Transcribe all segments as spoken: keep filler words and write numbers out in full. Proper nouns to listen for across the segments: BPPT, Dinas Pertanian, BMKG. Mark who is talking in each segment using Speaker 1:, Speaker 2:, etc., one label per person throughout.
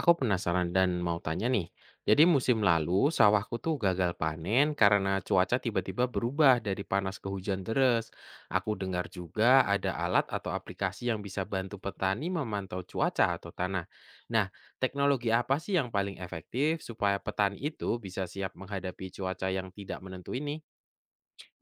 Speaker 1: Aku penasaran dan mau tanya nih. Jadi musim lalu sawahku tuh gagal panen karena cuaca tiba-tiba berubah dari panas ke hujan deras. Aku dengar juga ada alat atau aplikasi yang bisa bantu petani memantau cuaca atau tanah. Nah, teknologi apa sih yang paling efektif supaya petani itu bisa siap menghadapi cuaca yang tidak menentu ini?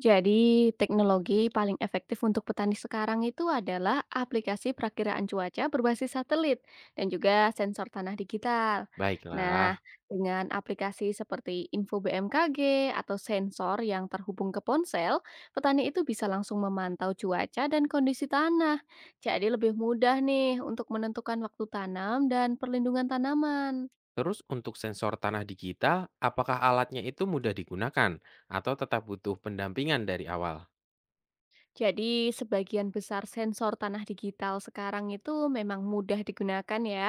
Speaker 2: Jadi, teknologi paling efektif untuk petani sekarang itu adalah aplikasi perakiraan cuaca berbasis satelit dan juga sensor tanah digital. Nah,
Speaker 1: Baiklah.
Speaker 2: dengan aplikasi seperti info B M K G atau sensor yang terhubung ke ponsel, petani itu bisa langsung memantau cuaca dan kondisi tanah. Jadi lebih mudah nih untuk menentukan waktu tanam dan perlindungan tanaman.
Speaker 1: Terus untuk sensor tanah digital, apakah alatnya itu mudah digunakan atau tetap butuh pendampingan dari awal?
Speaker 2: Jadi, sebagian besar sensor tanah digital sekarang itu memang mudah digunakan ya.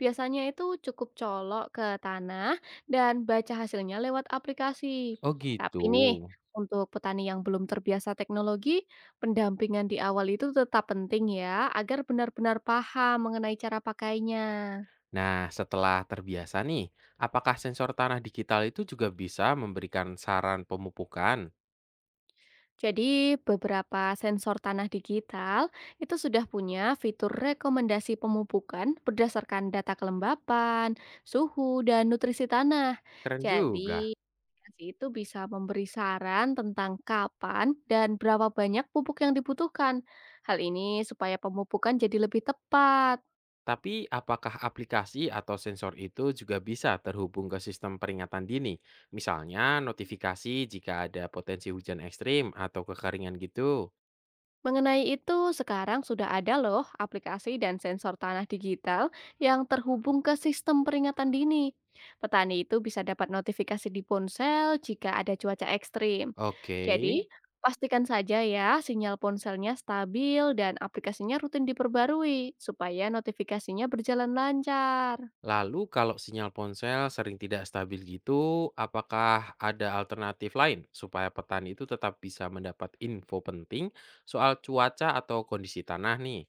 Speaker 2: Biasanya itu cukup colok ke tanah dan baca hasilnya lewat aplikasi.
Speaker 1: Oh
Speaker 2: Tapi
Speaker 1: gitu.
Speaker 2: nih, untuk petani yang belum terbiasa teknologi, pendampingan di awal itu tetap penting ya, agar benar-benar paham mengenai cara pakainya.
Speaker 1: Nah, setelah terbiasa nih, apakah sensor tanah digital itu juga bisa memberikan saran pemupukan?
Speaker 2: Jadi, beberapa sensor tanah digital itu sudah punya fitur rekomendasi pemupukan berdasarkan data kelembapan, suhu, dan nutrisi tanah.
Speaker 1: Keren juga.
Speaker 2: Jadi, aplikasi itu bisa memberi saran tentang kapan dan berapa banyak pupuk yang dibutuhkan. Hal ini supaya pemupukan jadi lebih tepat.
Speaker 1: Tapi apakah aplikasi atau sensor itu juga bisa terhubung ke sistem peringatan dini? Misalnya notifikasi jika ada potensi hujan ekstrim atau kekeringan gitu.
Speaker 2: Mengenai itu, sekarang sudah ada loh aplikasi dan sensor tanah digital yang terhubung ke sistem peringatan dini. Petani itu bisa dapat notifikasi di ponsel jika ada cuaca ekstrim.
Speaker 1: Oke.
Speaker 2: Jadi, pastikan saja ya sinyal ponselnya stabil dan aplikasinya rutin diperbarui supaya notifikasinya berjalan lancar.
Speaker 1: Lalu kalau sinyal ponsel sering tidak stabil gitu, apakah ada alternatif lain supaya petani itu tetap bisa mendapat info penting soal cuaca atau kondisi tanah nih?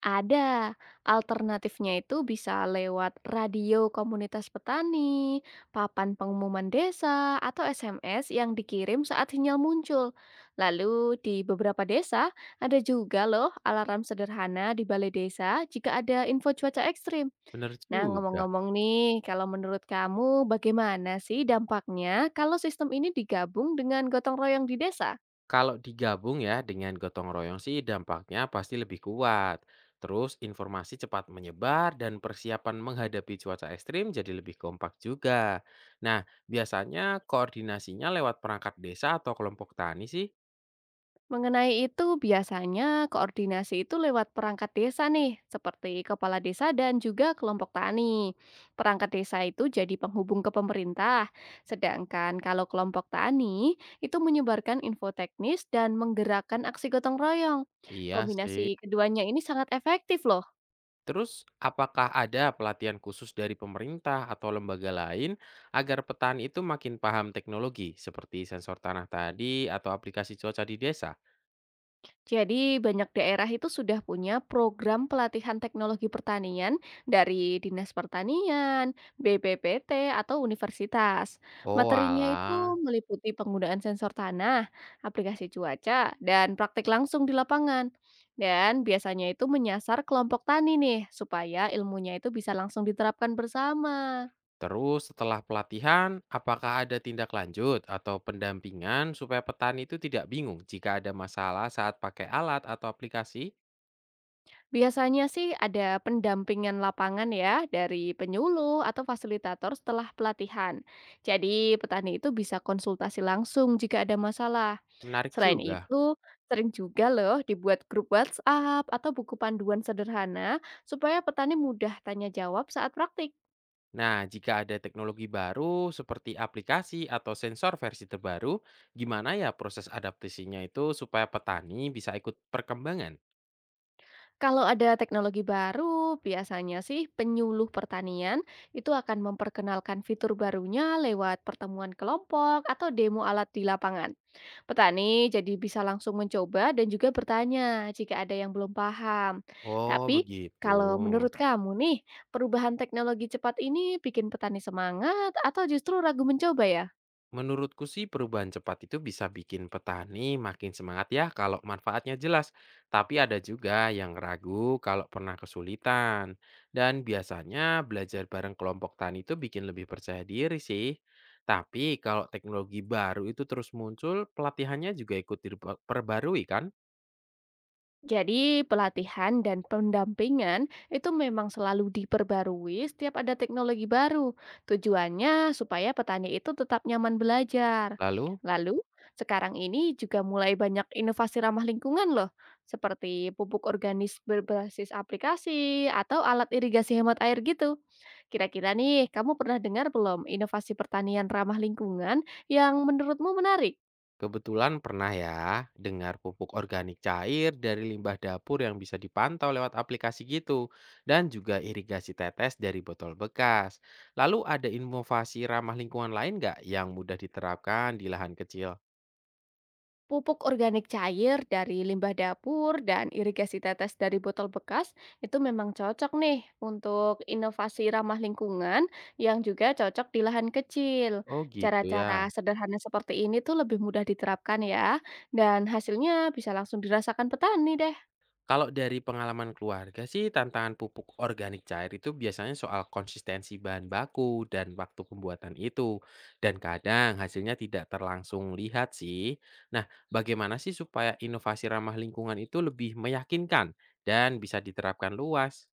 Speaker 2: Ada, alternatifnya itu bisa lewat radio komunitas petani, papan pengumuman desa, atau S M S yang dikirim saat sinyal muncul. Lalu di beberapa desa ada juga loh alarm sederhana di balai desa jika ada info cuaca ekstrim.
Speaker 1: Bener
Speaker 2: Nah,
Speaker 1: juga.
Speaker 2: ngomong-ngomong nih, kalau menurut kamu bagaimana sih dampaknya kalau sistem ini digabung dengan gotong royong di desa?
Speaker 1: Kalau digabung ya dengan gotong royong sih dampaknya pasti lebih kuat. Terus informasi cepat menyebar dan persiapan menghadapi cuaca ekstrim jadi lebih kompak juga. Nah, biasanya koordinasinya lewat perangkat desa atau kelompok tani sih?
Speaker 2: Mengenai itu, biasanya koordinasi itu lewat perangkat desa nih, seperti kepala desa dan juga kelompok tani. Perangkat desa itu jadi penghubung ke pemerintah, sedangkan kalau kelompok tani itu menyebarkan info teknis dan menggerakkan aksi gotong royong.
Speaker 1: Iya sih.
Speaker 2: Kombinasi keduanya ini sangat efektif loh.
Speaker 1: Terus, apakah ada pelatihan khusus dari pemerintah atau lembaga lain agar petani itu makin paham teknologi seperti sensor tanah tadi atau aplikasi cuaca di desa?
Speaker 2: Jadi banyak daerah itu sudah punya program pelatihan teknologi pertanian dari Dinas Pertanian, B P P T, atau universitas.
Speaker 1: Oh
Speaker 2: Materinya itu
Speaker 1: alah.
Speaker 2: meliputi penggunaan sensor tanah, aplikasi cuaca, dan praktik langsung di lapangan. Dan biasanya itu menyasar kelompok tani nih, supaya ilmunya itu bisa langsung diterapkan bersama.
Speaker 1: Terus setelah pelatihan, apakah ada tindak lanjut atau pendampingan supaya petani itu tidak bingung jika ada masalah saat pakai alat atau aplikasi?
Speaker 2: Biasanya sih ada pendampingan lapangan ya dari penyuluh atau fasilitator setelah pelatihan. Jadi petani itu bisa konsultasi langsung jika ada masalah.
Speaker 1: Menarik
Speaker 2: Selain
Speaker 1: juga.
Speaker 2: itu, sering juga loh dibuat grup WhatsApp atau buku panduan sederhana supaya petani mudah tanya jawab saat praktik.
Speaker 1: Nah, jika ada teknologi baru seperti aplikasi atau sensor versi terbaru, gimana ya proses adaptasinya itu supaya petani bisa ikut perkembangan?
Speaker 2: Kalau ada teknologi baru, biasanya sih penyuluh pertanian itu akan memperkenalkan fitur barunya lewat pertemuan kelompok atau demo alat di lapangan. Petani jadi bisa langsung mencoba dan juga bertanya jika ada yang belum paham.
Speaker 1: Oh,
Speaker 2: Tapi kalau
Speaker 1: begitu.
Speaker 2: menurut kamu nih, perubahan teknologi cepat ini bikin petani semangat atau justru ragu mencoba ya?
Speaker 1: Menurutku sih perubahan cepat itu bisa bikin petani makin semangat ya kalau manfaatnya jelas. Tapi ada juga yang ragu kalau pernah kesulitan. Dan biasanya belajar bareng kelompok tani itu bikin lebih percaya diri sih. Tapi kalau teknologi baru itu terus muncul, pelatihannya juga ikut diperbarui kan?
Speaker 2: Jadi pelatihan dan pendampingan itu memang selalu diperbarui setiap ada teknologi baru. Tujuannya supaya petani itu tetap nyaman belajar.
Speaker 1: Lalu
Speaker 2: Lalu sekarang ini juga mulai banyak inovasi ramah lingkungan loh, seperti pupuk organis berbasis aplikasi atau alat irigasi hemat air gitu. Kira-kira nih, kamu pernah dengar belum inovasi pertanian ramah lingkungan yang menurutmu menarik?
Speaker 1: Kebetulan pernah ya dengar pupuk organik cair dari limbah dapur yang bisa dipantau lewat aplikasi gitu dan juga irigasi tetes dari botol bekas. Lalu ada inovasi ramah lingkungan lain nggak yang mudah diterapkan di lahan kecil?
Speaker 2: Pupuk organik cair dari limbah dapur dan irigasi tetes dari botol bekas itu memang cocok nih untuk inovasi ramah lingkungan yang juga cocok di lahan kecil.
Speaker 1: Oh gitu ya.
Speaker 2: Cara-cara sederhana seperti ini tuh lebih mudah diterapkan ya, dan hasilnya bisa langsung dirasakan petani deh.
Speaker 1: Kalau dari pengalaman keluarga sih tantangan pupuk organik cair itu biasanya soal konsistensi bahan baku dan waktu pembuatan itu. Dan kadang hasilnya tidak terlangsung lihat sih. Nah, bagaimana sih supaya inovasi ramah lingkungan itu lebih meyakinkan dan bisa diterapkan luas?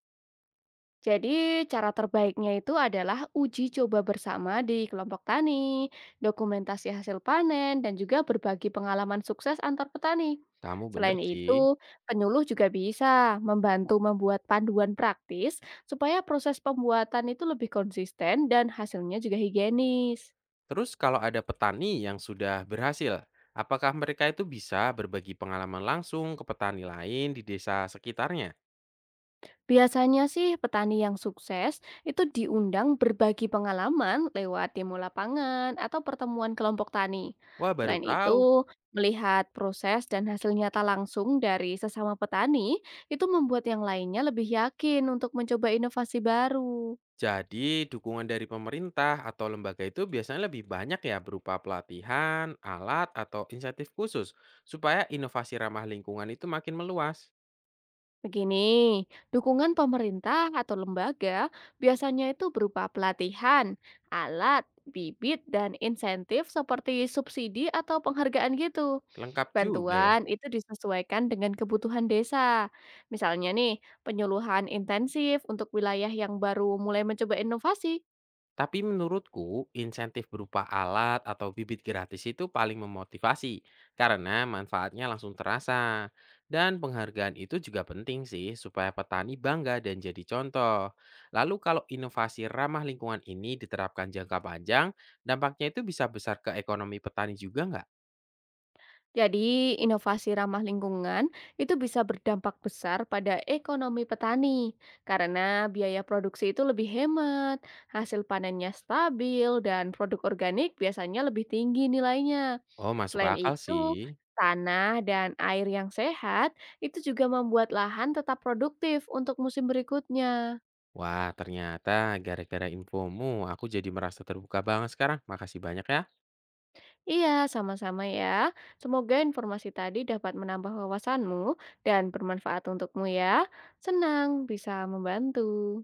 Speaker 2: Jadi, cara terbaiknya itu adalah uji coba bersama di kelompok tani, dokumentasi hasil panen, dan juga berbagi pengalaman sukses antar petani.
Speaker 1: Kamu
Speaker 2: Selain
Speaker 1: bener sih.
Speaker 2: itu, penyuluh juga bisa membantu membuat panduan praktis supaya proses pembuatan itu lebih konsisten dan hasilnya juga higienis.
Speaker 1: Terus kalau ada petani yang sudah berhasil, apakah mereka itu bisa berbagi pengalaman langsung ke petani lain di desa sekitarnya?
Speaker 2: Biasanya sih petani yang sukses itu diundang berbagi pengalaman lewat demo lapangan atau pertemuan kelompok tani.
Speaker 1: Wah, baru
Speaker 2: Selain
Speaker 1: tahu.
Speaker 2: itu, melihat proses dan hasil nyata langsung dari sesama petani itu membuat yang lainnya lebih yakin untuk mencoba inovasi baru.
Speaker 1: Jadi, dukungan dari pemerintah atau lembaga itu biasanya lebih banyak ya berupa pelatihan, alat, atau insentif khusus supaya inovasi ramah lingkungan itu makin meluas.
Speaker 2: Begini, dukungan pemerintah atau lembaga biasanya itu berupa pelatihan, alat, bibit, dan insentif seperti subsidi atau penghargaan gitu.
Speaker 1: Lengkap juga ya.
Speaker 2: Bantuan itu disesuaikan dengan kebutuhan desa. Misalnya nih, penyuluhan intensif untuk wilayah yang baru mulai mencoba inovasi.
Speaker 1: Tapi menurutku, insentif berupa alat atau bibit gratis itu paling memotivasi karena manfaatnya langsung terasa. Dan penghargaan itu juga penting sih supaya petani bangga dan jadi contoh. Lalu kalau inovasi ramah lingkungan ini diterapkan jangka panjang, dampaknya itu bisa besar ke ekonomi petani juga nggak?
Speaker 2: Jadi, inovasi ramah lingkungan itu bisa berdampak besar pada ekonomi petani karena biaya produksi itu lebih hemat, hasil panennya stabil, dan produk organik biasanya lebih tinggi nilainya.
Speaker 1: Oh, masuk
Speaker 2: Selain
Speaker 1: akal
Speaker 2: itu,
Speaker 1: sih.
Speaker 2: tanah dan air yang sehat itu juga membuat lahan tetap produktif untuk musim berikutnya.
Speaker 1: Wah, ternyata gara-gara infomu aku jadi merasa terbuka banget sekarang. Makasih banyak ya.
Speaker 2: Iya, sama-sama ya. Semoga informasi tadi dapat menambah wawasanmu dan bermanfaat untukmu ya. Senang bisa membantu.